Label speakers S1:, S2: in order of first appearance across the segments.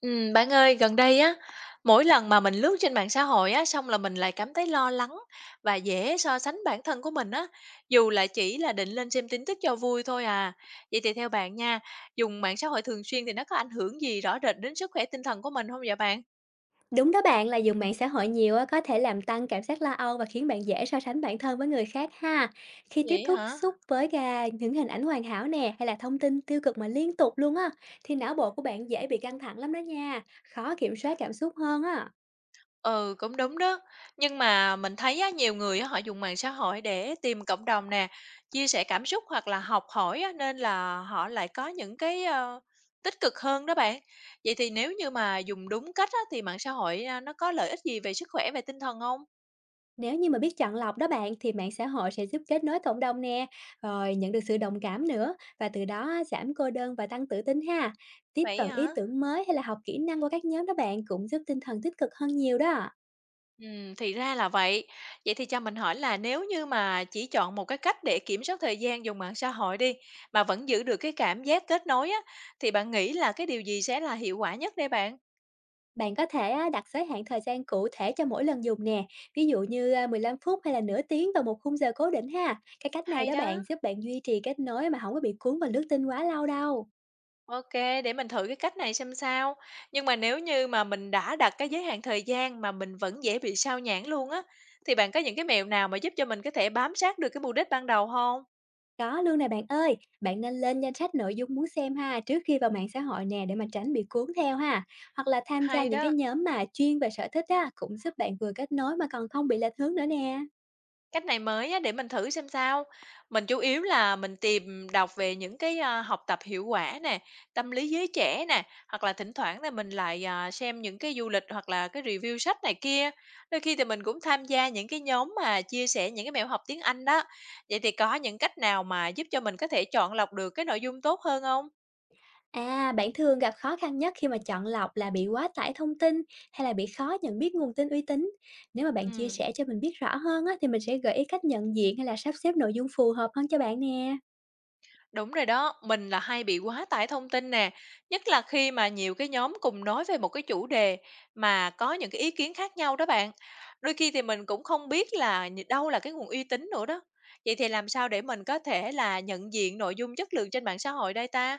S1: Bạn ơi, gần đây á, mỗi lần mà mình lướt trên mạng xã hội á, xong là mình lại cảm thấy lo lắng và dễ so sánh bản thân của mình á, dù là chỉ là định lên xem tin tức cho vui thôi à. Vậy thì theo bạn nha, dùng mạng xã hội thường xuyên thì nó có ảnh hưởng gì rõ rệt đến sức khỏe tinh thần của mình không vậy bạn?
S2: Đúng đó bạn, là dùng mạng xã hội nhiều á, có thể làm tăng cảm giác lo âu và khiến bạn dễ so sánh bản thân với người khác ha. Khi tiếp
S1: Vậy
S2: xúc
S1: hả?
S2: xúc với cả những hình ảnh hoàn hảo nè, hay là thông tin tiêu cực mà liên tục luôn á, thì não bộ của bạn dễ bị căng thẳng lắm đó nha, khó kiểm soát cảm xúc hơn á.
S1: Ừ, cũng đúng đó. Nhưng mà mình thấy á, nhiều người á, họ dùng mạng xã hội để tìm cộng đồng nè, chia sẻ cảm xúc hoặc là học hỏi á, nên là họ lại có những cái, tích cực hơn đó bạn. Vậy thì nếu như mà dùng đúng cách á, thì mạng xã hội, nó có lợi ích gì về sức khỏe, về tinh thần không?
S2: Nếu như mà biết chọn lọc đó bạn, thì mạng xã hội sẽ giúp kết nối cộng đồng nè, rồi nhận được sự đồng cảm nữa, và từ đó á, giảm cô đơn và tăng tự tin ha. Tiếp
S1: Vậy
S2: cận ý
S1: hả?
S2: tưởng mới hay là học kỹ năng qua các nhóm đó bạn cũng giúp tinh thần tích cực hơn nhiều đó.
S1: Thì ra là vậy. Vậy thì cho mình hỏi là nếu như mà chỉ chọn một cái cách để kiểm soát thời gian dùng mạng xã hội đi, mà vẫn giữ được cái cảm giác kết nối á, thì bạn nghĩ là cái điều gì sẽ là hiệu quả nhất đây bạn?
S2: Bạn có thể á, đặt giới hạn thời gian cụ thể cho mỗi lần dùng nè, ví dụ như 15 phút hay là nửa tiếng vào một khung giờ cố định ha. Cái cách này
S1: Hay
S2: đó bạn
S1: đó,
S2: giúp bạn duy trì kết nối mà không có bị cuốn vào lướt tin quá lâu đâu.
S1: ok, để mình thử cái cách này xem sao. Nhưng mà nếu như mà mình đã đặt cái giới hạn thời gian mà mình vẫn dễ bị sao nhãng luôn á, thì bạn có những cái mẹo nào mà giúp cho mình có thể bám sát được cái mục đích ban đầu không?
S2: Có luôn nè bạn ơi, bạn nên lên danh sách nội dung muốn xem ha trước khi vào mạng xã hội nè để mà tránh bị cuốn theo ha. Hoặc là tham gia
S1: Hay
S2: những cái
S1: đó.
S2: nhóm mà chuyên về sở thích á cũng giúp bạn vừa kết nối mà còn không bị lệch hướng nữa nè.
S1: Cách này mới á, để mình thử xem sao. Mình chủ yếu là mình tìm đọc về những cái, học tập hiệu quả nè, tâm lý giới trẻ nè, hoặc là thỉnh thoảng thì mình lại, xem những cái du lịch hoặc là cái review sách này kia. Đôi khi thì mình cũng tham gia những cái nhóm mà chia sẻ những cái mẹo học tiếng Anh đó. Vậy thì có những cách nào mà giúp cho mình có thể chọn lọc được cái nội dung tốt hơn không?
S2: À, bạn thường gặp khó khăn nhất khi mà chọn lọc là bị quá tải thông tin hay là bị khó nhận biết nguồn tin uy tín? Nếu mà bạn chia
S1: Ừm.
S2: sẻ cho mình biết rõ hơn á, thì mình sẽ gợi ý cách nhận diện hay là sắp xếp nội dung phù hợp hơn cho bạn nè.
S1: Đúng rồi đó, mình là hay bị quá tải thông tin nè, nhất là khi mà nhiều cái nhóm cùng nói về một cái chủ đề mà có những cái ý kiến khác nhau đó bạn. Đôi khi thì mình cũng không biết là đâu là cái nguồn uy tín nữa đó. Vậy thì làm sao để mình có thể là nhận diện nội dung chất lượng trên mạng xã hội đây ta?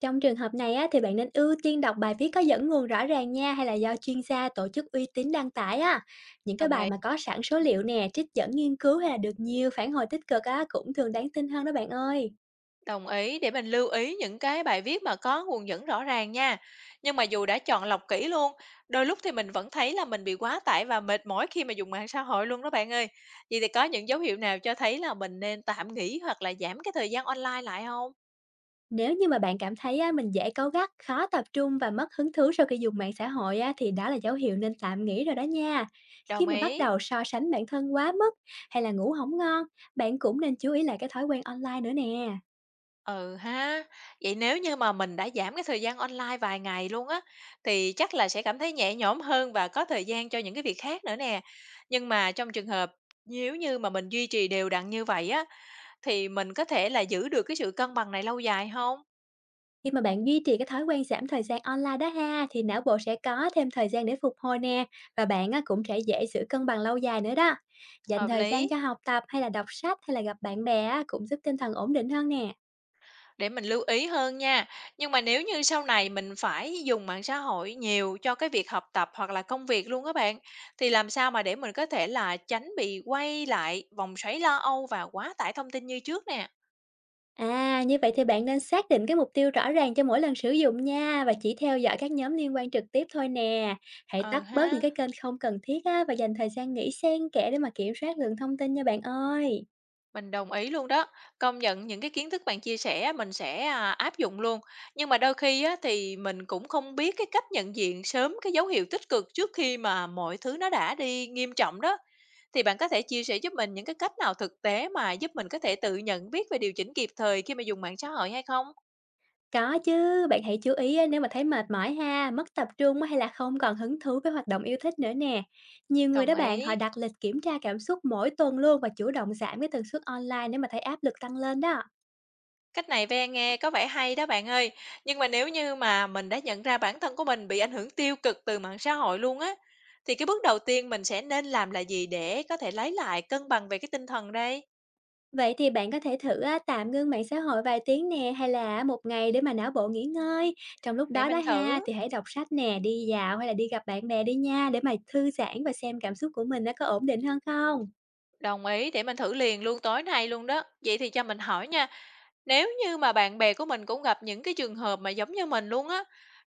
S2: Trong trường hợp này á, thì bạn nên ưu tiên đọc bài viết có dẫn nguồn rõ ràng nha, hay là do chuyên gia tổ chức uy tín đăng tải á. Những cái
S1: Đồng
S2: bài
S1: ý.
S2: mà có sẵn số liệu nè, trích dẫn nghiên cứu hay là được nhiều phản hồi tích cực á, cũng thường đáng tin hơn đó bạn ơi.
S1: Đồng ý, để mình lưu ý những cái bài viết mà có nguồn dẫn rõ ràng nha. Nhưng mà dù đã chọn lọc kỹ luôn, đôi lúc thì mình vẫn thấy là mình bị quá tải và mệt mỏi khi mà dùng mạng xã hội luôn đó bạn ơi. Vậy thì có những dấu hiệu nào cho thấy là mình nên tạm nghỉ hoặc là giảm cái thời gian online lại không?
S2: Nếu như mà bạn cảm thấy á, mình dễ cáu gắt, khó tập trung và mất hứng thú sau khi dùng mạng xã hội á, thì đó là dấu hiệu nên tạm nghỉ rồi đó nha. Khi
S1: Đồng
S2: mà bắt
S1: ý.
S2: đầu so sánh bản thân quá mức hay là ngủ không ngon, bạn cũng nên chú ý lại cái thói quen online nữa nè.
S1: Ừ ha. Vậy nếu như mà mình đã giảm cái thời gian online vài ngày luôn á, thì chắc là sẽ cảm thấy nhẹ nhõm hơn và có thời gian cho những cái việc khác nữa nè. Nhưng mà trong trường hợp nếu như mà mình duy trì đều đặn như vậy á, thì mình có thể là giữ được cái sự cân bằng này lâu dài không?
S2: Khi mà bạn duy trì cái thói quen giảm thời gian online đó ha, thì não bộ sẽ có thêm thời gian để phục hồi nè, và bạn á, cũng sẽ dễ giữ cân bằng lâu dài nữa đó. Dành
S1: Hợp
S2: thời gian cho
S1: lý,
S2: học tập hay là đọc sách hay là gặp bạn bè á, cũng giúp tinh thần ổn định hơn nè.
S1: để mình lưu ý hơn nha. Nhưng mà nếu như sau này mình phải dùng mạng xã hội nhiều cho cái việc học tập hoặc là công việc luôn các bạn, thì làm sao mà để mình có thể là tránh bị quay lại vòng xoáy lo âu và quá tải thông tin như trước nè?
S2: À, như vậy thì bạn nên xác định cái mục tiêu rõ ràng cho mỗi lần sử dụng nha, và chỉ theo dõi các nhóm liên quan trực tiếp thôi nè. Hãy
S1: Ừ
S2: tắt bớt những
S1: ha.
S2: cái kênh không cần thiết á, và dành thời gian nghỉ xen kẽ để mà kiểm soát lượng thông tin nha bạn ơi.
S1: Mình đồng ý luôn đó. Công nhận những cái kiến thức bạn chia sẻ mình sẽ, áp dụng luôn. Nhưng mà đôi khi á, thì mình cũng không biết cái cách nhận diện sớm cái dấu hiệu tích cực trước khi mà mọi thứ nó đã đi nghiêm trọng đó. Thì bạn có thể chia sẻ giúp mình những cái cách nào thực tế mà giúp mình có thể tự nhận biết và điều chỉnh kịp thời khi mà dùng mạng xã hội hay không?
S2: Có chứ, bạn hãy chú ý á, nếu mà thấy mệt mỏi ha, mất tập trung á, hay là không còn hứng thú với hoạt động yêu thích nữa nè. Nhiều người đó
S1: Đồng
S2: bạn,
S1: ý.
S2: họ đặt lịch kiểm tra cảm xúc mỗi tuần luôn và chủ động giảm cái tần suất online nếu mà thấy áp lực tăng lên đó.
S1: Cách này ve nghe có vẻ hay đó bạn ơi, nhưng mà nếu như mà mình đã nhận ra bản thân của mình bị ảnh hưởng tiêu cực từ mạng xã hội luôn á, thì cái bước đầu tiên mình sẽ nên làm là gì để có thể lấy lại cân bằng về cái tinh thần đây?
S2: Vậy thì bạn có thể thử á, tạm ngưng mạng xã hội vài tiếng nè hay là một ngày để mà não bộ nghỉ ngơi. Trong lúc
S1: Để
S2: đó đó
S1: mình
S2: ha
S1: thử,
S2: thì hãy đọc sách nè, đi dạo hay là đi gặp bạn bè đi nha, để mà thư giãn và xem cảm xúc của mình nó có ổn định hơn không.
S1: đồng ý, để mình thử liền luôn tối nay luôn đó. Vậy thì cho mình hỏi nha, nếu như mà bạn bè của mình cũng gặp những cái trường hợp mà giống như mình luôn á,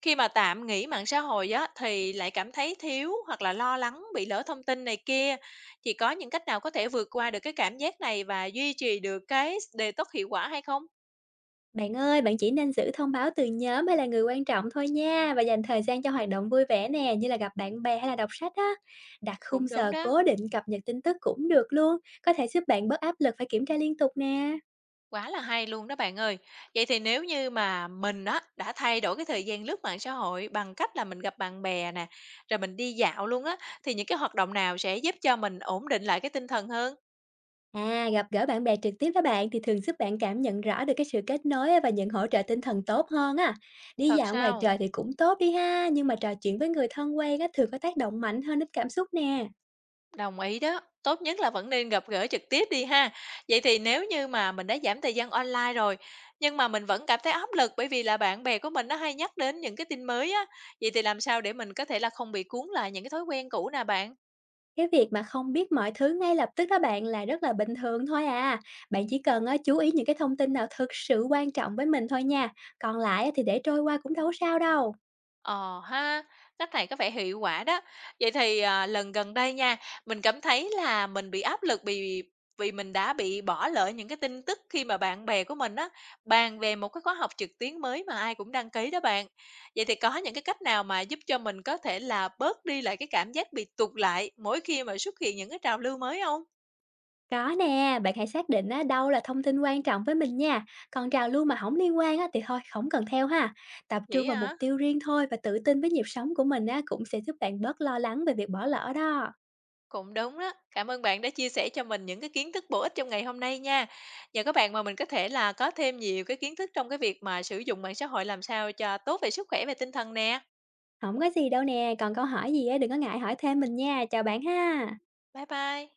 S1: khi mà tạm nghỉ mạng xã hội á thì lại cảm thấy thiếu hoặc là lo lắng bị lỡ thông tin này kia, thì có những cách nào có thể vượt qua được cái cảm giác này và duy trì được cái detox hiệu quả hay không?
S2: Bạn ơi, bạn chỉ nên giữ thông báo từ nhóm hay là người quan trọng thôi nha, và dành thời gian cho hoạt động vui vẻ nè, như là gặp bạn bè hay là đọc sách á. Đặt khung
S1: Cũng đúng
S2: giờ
S1: đó,
S2: cố định cập nhật tin tức cũng được luôn, có thể giúp bạn bớt áp lực phải kiểm tra liên tục nè.
S1: quá là hay luôn đó bạn ơi. Vậy thì nếu như mà mình á đã thay đổi cái thời gian lướt mạng xã hội bằng cách là mình gặp bạn bè nè, rồi mình đi dạo luôn á, thì những cái hoạt động nào sẽ giúp cho mình ổn định lại cái tinh thần hơn?
S2: À, gặp gỡ bạn bè trực tiếp đó bạn thì thường giúp bạn cảm nhận rõ được cái sự kết nối á, và nhận hỗ trợ tinh thần tốt hơn á. Đi
S1: Thật
S2: dạo ngoài
S1: sao?
S2: trời thì cũng tốt đi ha, nhưng mà trò chuyện với người thân quen á thường có tác động mạnh hơn đến cảm xúc nè.
S1: Đồng ý đó, tốt nhất là vẫn nên gặp gỡ trực tiếp đi ha. Vậy thì nếu như mà mình đã giảm thời gian online rồi, nhưng mà mình vẫn cảm thấy áp lực bởi vì là bạn bè của mình nó hay nhắc đến những cái tin mới á, vậy thì làm sao để mình có thể là không bị cuốn lại những cái thói quen cũ nè bạn?
S2: Cái việc mà không biết mọi thứ ngay lập tức đó bạn là rất là bình thường thôi à. Bạn chỉ cần á, chú ý những cái thông tin nào thực sự quan trọng với mình thôi nha. Còn lại á, thì để trôi qua cũng đâu có sao đâu.
S1: Ờ ha, cách này có vẻ hiệu quả đó. Vậy thì, lần gần đây nha, mình cảm thấy là mình bị áp lực vì vì mình đã bị bỏ lỡ những cái tin tức khi mà bạn bè của mình á, bàn về một cái khóa học trực tuyến mới mà ai cũng đăng ký đó bạn. Vậy thì có những cái cách nào mà giúp cho mình có thể là bớt đi lại cái cảm giác bị tụt lại mỗi khi mà xuất hiện những cái trào lưu mới không?
S2: Có nè, bạn hãy xác định á, đâu là thông tin quan trọng với mình nha. Còn trào lưu mà không liên quan á, thì thôi, không cần theo ha. Tập
S1: Vậy
S2: trung vào mục
S1: hả?
S2: tiêu riêng thôi và tự tin với nhịp sống của mình á, cũng sẽ giúp bạn bớt lo lắng về việc bỏ lỡ đó.
S1: Cũng đúng đó. Cảm ơn bạn đã chia sẻ cho mình những cái kiến thức bổ ích trong ngày hôm nay nha. Nhờ các bạn mà mình có thể là có thêm nhiều cái kiến thức trong cái việc mà sử dụng mạng xã hội làm sao cho tốt về sức khỏe và tinh thần nè.
S2: Không có gì đâu nè, còn câu hỏi gì á, đừng có ngại hỏi thêm mình nha. Chào bạn ha.
S1: Bye bye.